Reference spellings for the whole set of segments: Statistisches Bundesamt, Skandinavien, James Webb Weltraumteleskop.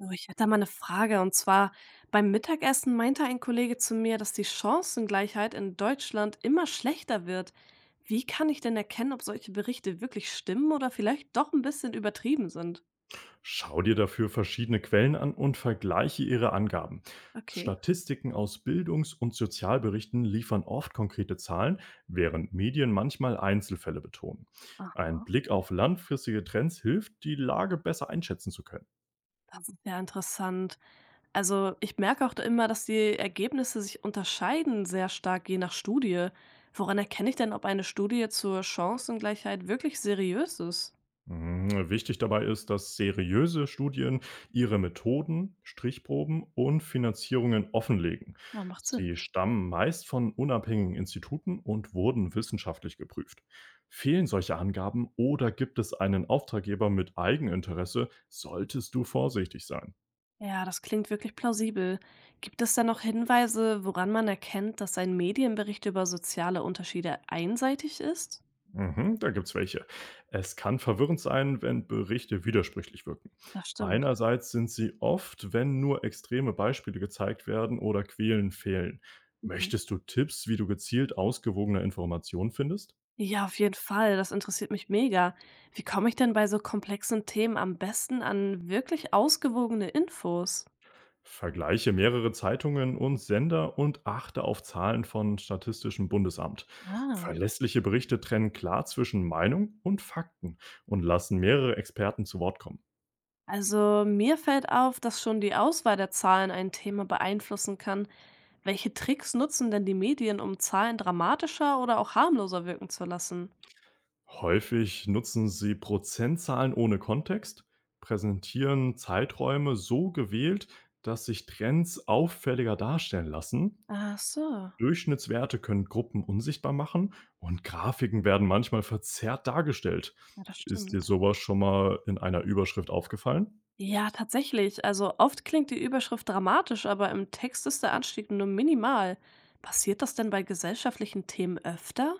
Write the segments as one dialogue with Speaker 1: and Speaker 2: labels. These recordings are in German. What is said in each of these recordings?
Speaker 1: Oh, ich hätte da mal eine Frage und zwar: Beim Mittagessen meinte ein Kollege zu mir, dass die Chancengleichheit in Deutschland immer schlechter wird. Wie kann ich denn erkennen, ob solche Berichte wirklich stimmen oder vielleicht doch ein bisschen übertrieben sind?
Speaker 2: Schau dir dafür verschiedene Quellen an und vergleiche ihre Angaben.
Speaker 1: Okay,
Speaker 2: Statistiken aus Bildungs- und Sozialberichten liefern oft konkrete Zahlen, während Medien manchmal Einzelfälle betonen. Ein
Speaker 1: aha,
Speaker 2: Blick auf langfristige Trends hilft, die Lage besser einschätzen zu können.
Speaker 1: das ist ja interessant. Also, ich merke auch da immer, dass die Ergebnisse sich unterscheiden sehr stark je nach Studie. Woran erkenne ich denn, ob eine Studie zur Chancengleichheit wirklich seriös ist?
Speaker 2: Mhm. Wichtig dabei ist, dass seriöse Studien ihre Methoden, Strichproben und Finanzierungen offenlegen.
Speaker 1: Ja, macht
Speaker 2: Sie
Speaker 1: Sinn.
Speaker 2: stammen meist von unabhängigen Instituten und wurden wissenschaftlich geprüft. Fehlen solche Angaben oder gibt es einen Auftraggeber mit Eigeninteresse, solltest du vorsichtig sein.
Speaker 1: Ja, das klingt wirklich plausibel. Gibt es da noch Hinweise, woran man erkennt, dass ein Medienbericht über soziale Unterschiede einseitig ist?
Speaker 2: Mhm, da gibt's welche. Es kann verwirrend sein, wenn Berichte widersprüchlich wirken.
Speaker 1: Das stimmt.
Speaker 2: Einerseits sind sie oft, wenn nur extreme Beispiele gezeigt werden oder Quellen fehlen.
Speaker 1: Mhm.
Speaker 2: Möchtest du Tipps, wie du gezielt ausgewogene Informationen findest?
Speaker 1: Ja, auf jeden Fall. Das interessiert mich mega. Wie komme ich denn bei so komplexen Themen am besten an wirklich ausgewogene Infos?
Speaker 2: Vergleiche mehrere Zeitungen und Sender und achte auf Zahlen von Statistischem Bundesamt.
Speaker 1: Ah.
Speaker 2: Verlässliche Berichte trennen klar zwischen Meinung und Fakten und lassen mehrere Experten zu Wort kommen.
Speaker 1: Also mir fällt auf, dass schon die Auswahl der Zahlen ein Thema beeinflussen kann. Welche Tricks nutzen denn die Medien, um Zahlen dramatischer oder auch harmloser wirken zu lassen?
Speaker 2: Häufig nutzen sie Prozentzahlen ohne Kontext, präsentieren Zeiträume so gewählt, dass sich Trends auffälliger darstellen lassen.
Speaker 1: Ach so.
Speaker 2: Durchschnittswerte können Gruppen unsichtbar machen und Grafiken werden manchmal verzerrt dargestellt.
Speaker 1: Ja, das
Speaker 2: Ist dir
Speaker 1: stimmt.
Speaker 2: sowas schon mal in einer Überschrift aufgefallen?
Speaker 1: Ja, tatsächlich. Also oft klingt die Überschrift dramatisch, aber im Text ist der Anstieg nur minimal. Passiert das denn bei gesellschaftlichen Themen öfter?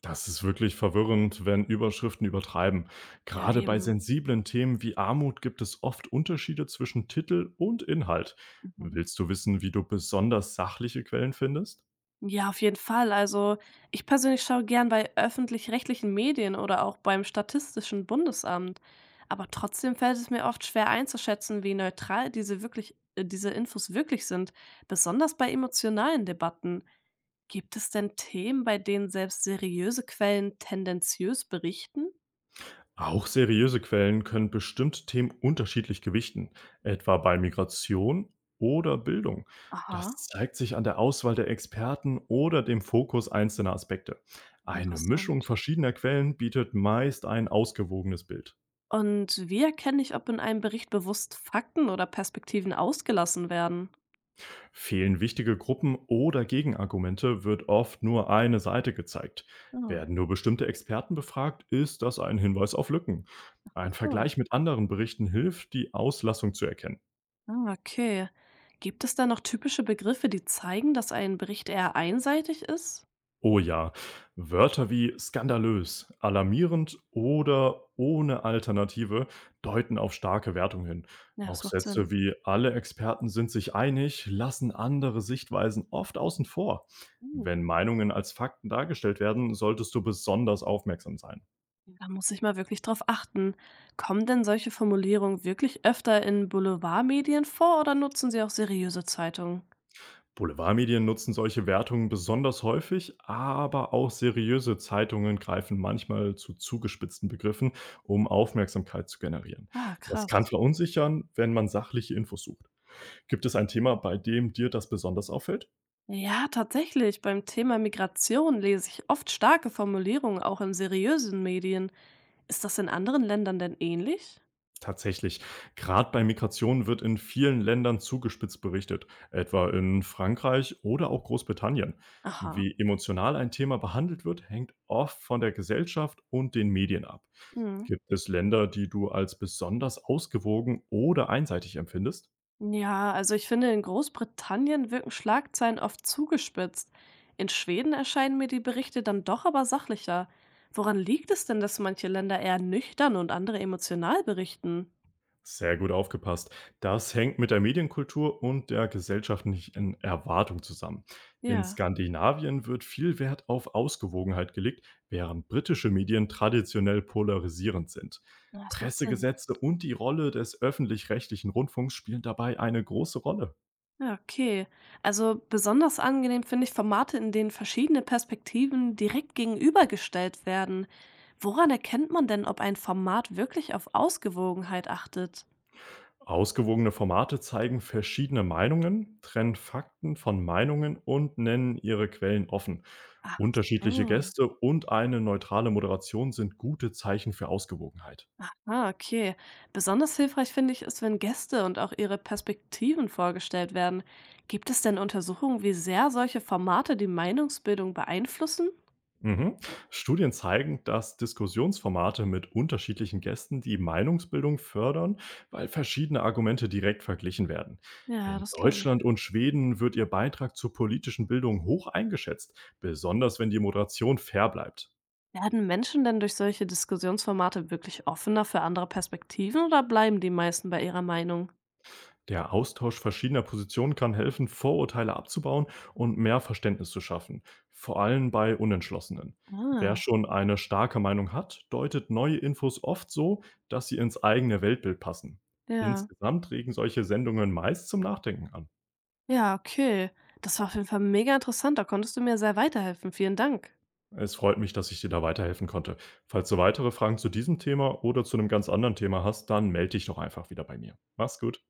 Speaker 2: Das ist wirklich verwirrend, wenn Überschriften übertreiben.
Speaker 1: Ja,
Speaker 2: Gerade bei
Speaker 1: eben.
Speaker 2: sensiblen Themen wie Armut gibt es oft Unterschiede zwischen Titel und Inhalt.
Speaker 1: Mhm.
Speaker 2: Willst du wissen, wie du besonders sachliche Quellen findest?
Speaker 1: Ja, auf jeden Fall. Also ich persönlich schaue gern bei öffentlich-rechtlichen Medien oder auch beim Statistischen Bundesamt. Aber trotzdem fällt es mir oft schwer einzuschätzen, wie neutral diese wirklich, diese Infos wirklich sind, besonders bei emotionalen Debatten. Gibt es denn Themen, bei denen selbst seriöse Quellen tendenziös berichten?
Speaker 2: Auch seriöse Quellen können bestimmte Themen unterschiedlich gewichten, etwa bei Migration oder Bildung.
Speaker 1: Aha,
Speaker 2: Das zeigt sich an der Auswahl der Experten oder dem Fokus einzelner Aspekte. Eine Mischung
Speaker 1: interessant.
Speaker 2: verschiedener Quellen bietet meist ein ausgewogenes Bild.
Speaker 1: Und wie erkenne ich, ob in einem Bericht bewusst Fakten oder Perspektiven ausgelassen werden?
Speaker 2: Fehlen wichtige Gruppen oder Gegenargumente, wird oft nur eine Seite gezeigt.
Speaker 1: Ah,
Speaker 2: Werden nur bestimmte Experten befragt, ist das ein Hinweis auf Lücken. Ein
Speaker 1: so.
Speaker 2: Vergleich mit anderen Berichten hilft, die Auslassung zu erkennen.
Speaker 1: Ah, okay. Gibt es da noch typische Begriffe, die zeigen, dass ein Bericht eher einseitig ist?
Speaker 2: Oh ja, Wörter wie skandalös, alarmierend oder ohne Alternative deuten auf starke Wertung hin.
Speaker 1: Ja,
Speaker 2: Auch
Speaker 1: das macht Sinn.
Speaker 2: Sätze wie alle Experten sind sich einig lassen andere Sichtweisen oft außen vor.
Speaker 1: Hm.
Speaker 2: Wenn Meinungen als Fakten dargestellt werden, solltest du besonders aufmerksam sein.
Speaker 1: Ja, da muss ich mal wirklich drauf achten. Kommen denn solche Formulierungen wirklich öfter in Boulevardmedien vor oder nutzen sie auch seriöse Zeitungen?
Speaker 2: Boulevardmedien nutzen solche Wertungen besonders häufig, aber auch seriöse Zeitungen greifen manchmal zu zugespitzten Begriffen, um Aufmerksamkeit zu generieren.
Speaker 1: Ah,
Speaker 2: Das kann
Speaker 1: krass.
Speaker 2: verunsichern, wenn man sachliche Infos sucht. Gibt es ein Thema, bei dem dir das besonders auffällt?
Speaker 1: Ja, tatsächlich. Beim Thema Migration lese ich oft starke Formulierungen, auch in seriösen Medien. Ist das in anderen Ländern denn ähnlich?
Speaker 2: Tatsächlich. Gerade bei Migration wird in vielen Ländern zugespitzt berichtet, etwa in Frankreich oder auch Großbritannien.
Speaker 1: Aha.
Speaker 2: Wie emotional ein Thema behandelt wird, hängt oft von der Gesellschaft und den Medien ab.
Speaker 1: Hm.
Speaker 2: Gibt es Länder, die du als besonders ausgewogen oder einseitig empfindest?
Speaker 1: Ja, also ich finde, in Großbritannien wirken Schlagzeilen oft zugespitzt. In Schweden erscheinen mir die Berichte dann doch aber sachlicher. Woran liegt es denn, dass manche Länder eher nüchtern und andere emotional berichten?
Speaker 2: Sehr gut aufgepasst. Das hängt mit der Medienkultur und der gesellschaftlichen Erwartung zusammen. In
Speaker 1: Ja,
Speaker 2: Skandinavien wird viel Wert auf Ausgewogenheit gelegt, während britische Medien traditionell polarisierend sind.
Speaker 1: na, das macht Sinn.
Speaker 2: Pressegesetze und die Rolle des öffentlich-rechtlichen Rundfunks spielen dabei eine große Rolle.
Speaker 1: Ja, okay. Also besonders angenehm finde ich Formate, in denen verschiedene Perspektiven direkt gegenübergestellt werden. Woran erkennt man denn, ob ein Format wirklich auf Ausgewogenheit achtet?
Speaker 2: Ausgewogene Formate zeigen verschiedene Meinungen, trennen Fakten von Meinungen und nennen ihre Quellen offen.
Speaker 1: Ach
Speaker 2: Unterschiedliche
Speaker 1: so.
Speaker 2: Gäste und eine neutrale Moderation sind gute Zeichen für Ausgewogenheit.
Speaker 1: Ah, okay. Besonders hilfreich finde ich es, wenn Gäste und auch ihre Perspektiven vorgestellt werden. Gibt es denn Untersuchungen, wie sehr solche Formate die Meinungsbildung beeinflussen?
Speaker 2: Mhm. Studien zeigen, dass Diskussionsformate mit unterschiedlichen Gästen die Meinungsbildung fördern, weil verschiedene Argumente direkt verglichen werden.
Speaker 1: Ja,
Speaker 2: In
Speaker 1: das glaube ich.
Speaker 2: Deutschland und Schweden wird ihr Beitrag zur politischen Bildung hoch eingeschätzt, besonders wenn die Moderation fair bleibt.
Speaker 1: Werden Menschen denn durch solche Diskussionsformate wirklich offener für andere Perspektiven oder bleiben die meisten bei ihrer Meinung?
Speaker 2: Der Austausch verschiedener Positionen kann helfen, Vorurteile abzubauen und mehr Verständnis zu schaffen, vor allem bei Unentschlossenen. Wer
Speaker 1: Ah,
Speaker 2: schon eine starke Meinung hat, deutet neue Infos oft so, dass sie ins eigene Weltbild passen.
Speaker 1: ja.
Speaker 2: Insgesamt regen solche Sendungen meist zum Nachdenken an.
Speaker 1: Ja, okay. Das war auf jeden Fall mega interessant. Da konntest du mir sehr weiterhelfen. Vielen Dank.
Speaker 2: Es freut mich, dass ich dir da weiterhelfen konnte. Falls du weitere Fragen zu diesem Thema oder zu einem ganz anderen Thema hast, dann melde dich doch einfach wieder bei mir. Mach's gut.